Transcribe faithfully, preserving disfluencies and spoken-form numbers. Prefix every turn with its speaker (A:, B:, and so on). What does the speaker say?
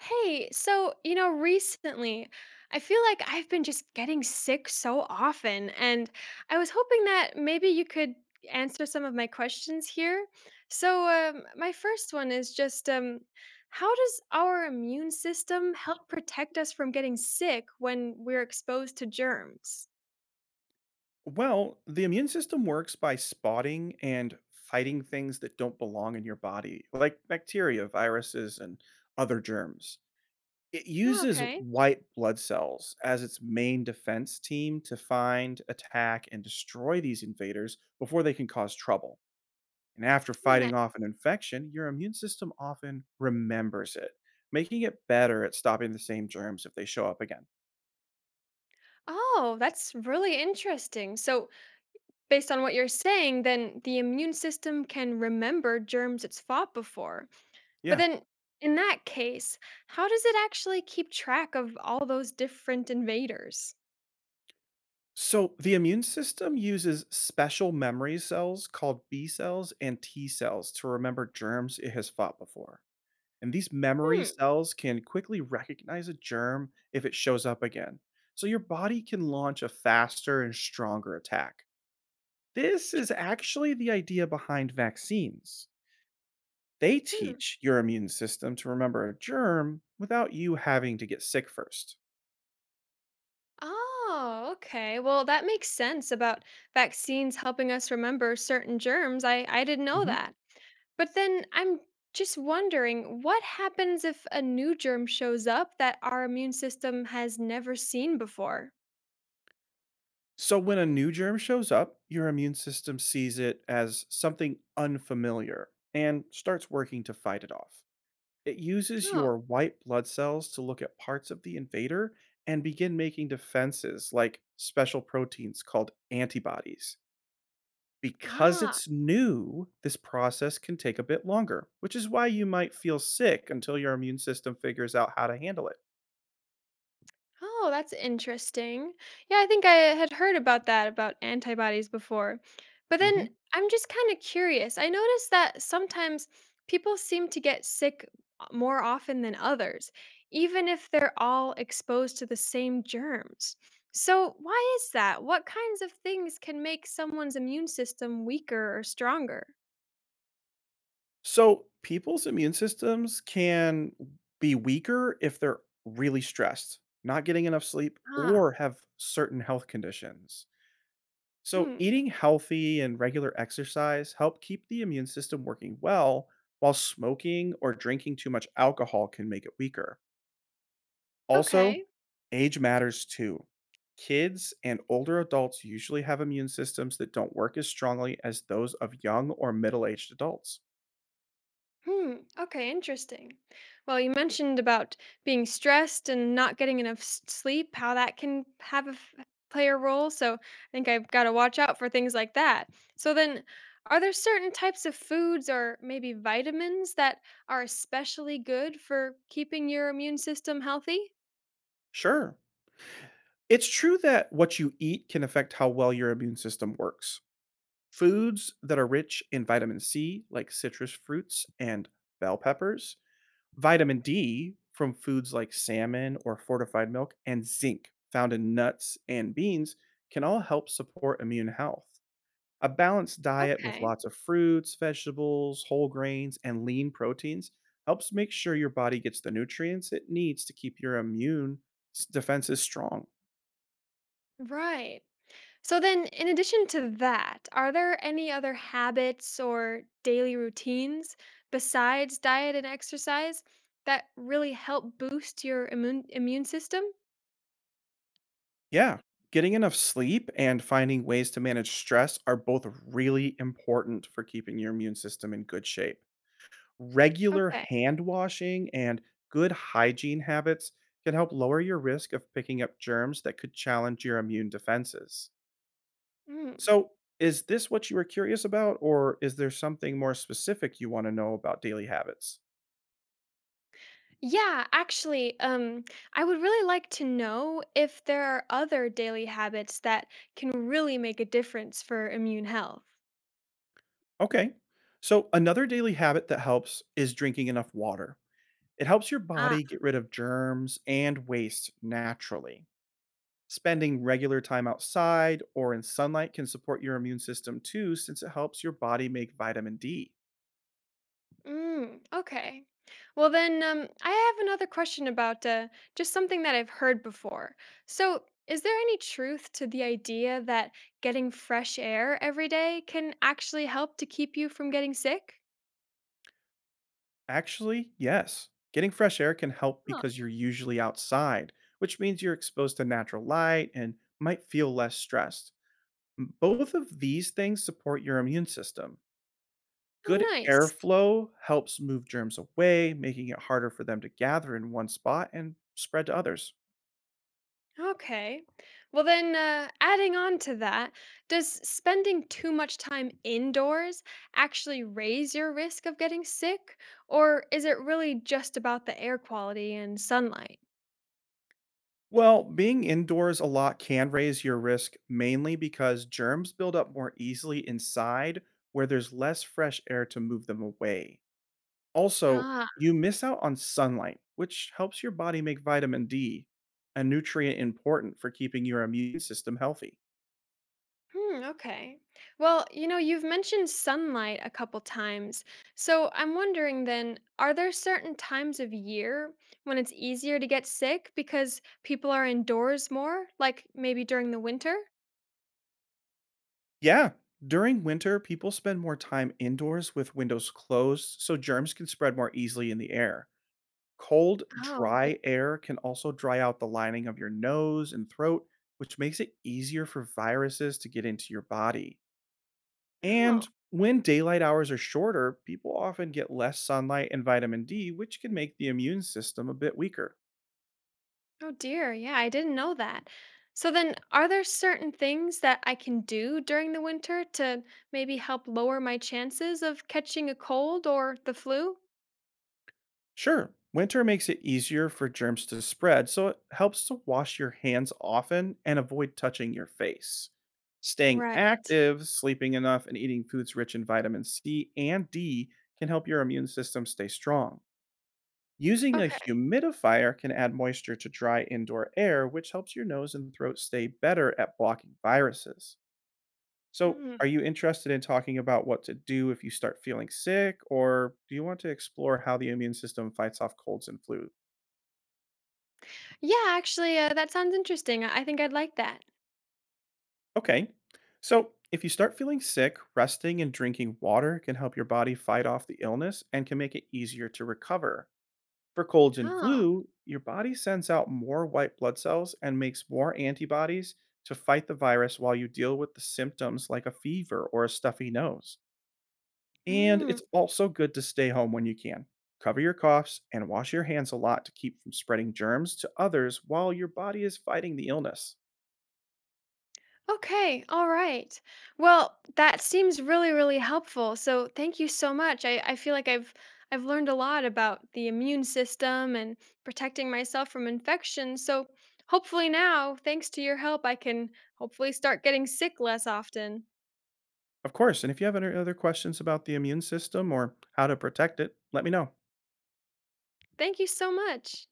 A: Hey, so, you know, recently I feel like I've been just getting sick so often, and I was hoping that maybe you could answer some of my questions here. So, um, my first one is just um, how does our immune system help protect us from getting sick when we're exposed to germs?
B: Well, the immune system works by spotting and fighting things that don't belong in your body, like bacteria, viruses, and other germs. It
A: Oh,
B: uses
A: okay.
B: white blood cells as its main defense team to find, attack, and destroy these invaders before they can cause trouble. And after
A: Oh, nice.
B: fighting off an infection, your immune system often remembers it, making it better at stopping the same germs if they show up again.
A: Oh, that's really interesting. So, based on what you're saying, then the immune system can remember germs it's fought before. But
B: Yeah.
A: then in that case, how does it actually keep track of all those different invaders?
B: So, the immune system uses special memory cells called B cells and T cells to remember germs it has fought before. And these memory
A: Hmm.
B: cells can quickly recognize a germ if it shows up again. So, your body can launch a faster and stronger attack. This
A: tr-
B: is actually the idea behind vaccines. They
A: Hmm.
B: teach your immune system to remember a germ without you having to get sick first.
A: Oh, okay. Well, that makes sense about vaccines helping us remember certain germs. I, I didn't know that. But then I'm just wondering what happens if a new germ shows up that our immune system has never seen before?
B: So, when a new germ shows up, your immune system sees it as something unfamiliar and starts working to fight it off. It uses
A: Oh,
B: your white blood cells to look at parts of the invader and begin making defenses like special proteins called antibodies. Because
A: ah,
B: it's new, this process can take a bit longer, which is why you might feel sick until your immune system figures out how to handle it.
A: oh, that's interesting. Yeah, I think I had heard about that, about antibodies before. But then
B: Mhm.
A: I'm just kind of curious. I noticed that sometimes people seem to get sick o- more often than others, even if they're all exposed to the same germs. So, why is that? What kinds of things can make someone's immune system weaker or stronger?
B: So people's immune systems can be weaker if they're really stressed, not getting enough sleep,
A: Ah,
B: or have certain health conditions. So
A: hmm.
B: eating healthy and regular exercise help keep the immune system working well, while smoking or drinking too much alcohol can make it weaker. Also,
A: Okay.
B: age matters too. Kids and older adults usually have immune systems that don't work as strongly as those of young or middle aged adults.
A: Hmm. Okay, interesting. Well, you mentioned about being stressed and not getting enough s- sleep, how that can have a f- play a role. So I think I've got to watch out for things like that. So then, are there certain types of foods or maybe vitamins that are especially good for keeping your immune system healthy?
B: Sure, it's true that what you eat can affect how well your immune system works. Foods that are rich in vitamin C, like citrus fruits and bell peppers, vitamin D from foods like salmon or fortified milk, and zinc found in nuts and beans can all help support immune health. A balanced diet with
A: Okay.
B: lots of fruits, vegetables, whole grains, and lean proteins helps make sure your body gets the nutrients it needs to keep your immune s- defenses strong.
A: Right. So then, in addition to that, are there any other habits or daily routines besides diet and exercise that really help boost your immune immune system?
B: Yeah, getting enough sleep and finding ways to manage stress are both really important for keeping your immune system in good shape. Regular
A: Okay.
B: hand washing and good hygiene habits can help lower your risk of picking up germs that could challenge your immune defenses.
A: Mm.
B: So, is this what you were curious about, or is there something more specific you want to know about daily habits?
A: Yeah, actually, um, I would really like to know if there are other daily habits that can really make a difference for immune health.
B: Okay, so another daily habit that helps is drinking enough water. It helps your
A: Ah,
B: body get rid of germs and waste naturally. Spending regular time outside or in sunlight can support your immune system too, since it helps your body make vitamin D.
A: mm, okay. Well, then um, I have another question about uh, just something that I've heard before. So, is there any truth to the idea that getting fresh air every day can actually help to keep you from getting sick?
B: Actually, yes, getting fresh air can help
A: Oh,
B: because you're usually outside, which means you're exposed to natural light and might feel less stressed. M- Both of these things support your immune system.
A: oh,
B: Good
A: nice.
B: airflow helps move germs away, making it harder for them to gather in one spot and spread to others.
A: Okay. Well, then, uh, adding on to that, does spending too much time indoors actually raise your risk of getting sick? Or is it really just about the air quality and sunlight?
B: Well, being indoors a lot can raise your risk mainly because germs build up more easily inside where there's less fresh air to move them away. Also,
A: Ah.
B: you miss out on sunlight, which helps your body make vitamin D, a nutrient important for keeping your immune system healthy.
A: Hmm, okay. Well, you know, you've mentioned sunlight a couple times. So I'm wondering then, are there certain times of year when it's easier to get sick because people are indoors more, like maybe during the winter?
B: Yeah, during winter, people spend more time indoors with windows closed so germs can spread more easily in the air. Cold,
A: Oh, yeah.
B: dry air can also dry out the lining of your nose and throat, which makes it easier for viruses to get into your body. And
A: Oh,
B: when daylight hours are shorter, people often get less sunlight and vitamin D, which can make the immune system a bit weaker.
A: oh dear. Yeah, I didn't know that. So then, are there certain things that I can do during the winter to maybe help lower my chances of catching a cold or the flu?
B: Sure. Winter makes it easier for germs to spread, so it helps to wash your hands often and avoid touching your face. Staying
A: Right.
B: active, sleeping enough, and eating foods rich in vitamin C and D can help your immune system stay strong. Using a
A: Okay.
B: humidifier can add moisture to dry indoor air, which helps your nose and throat stay better at blocking viruses. So, are
A: Hmm.
B: you interested in talking about what to do if you start feeling sick, or do you want to explore how the immune system fights off colds and flus?
A: Yeah, actually, uh, that sounds interesting. I I think I'd like that.
B: Okay. So, if you start feeling sick, resting and drinking water can help your body fight off the illness and can make it easier to recover. For colds and
A: Oh.
B: flu, your body sends out more white blood cells and makes more antibodies to fight the virus while you deal with the symptoms like a fever or a stuffy nose. And
A: Mm.
B: it's also good to stay home when you can. Cover your coughs and wash your hands a lot to keep from spreading germs to others while your body is fighting the illness.
A: Okay. All right. Well, that seems really, really helpful. So thank you so much. I, I feel like I've I've learned a lot about the immune system and protecting myself from infection. So hopefully now, thanks to your help, I can hopefully start getting sick less often.
B: Of course, and if you have any other questions about the immune system or how to protect it, let me know.
A: Thank you so much.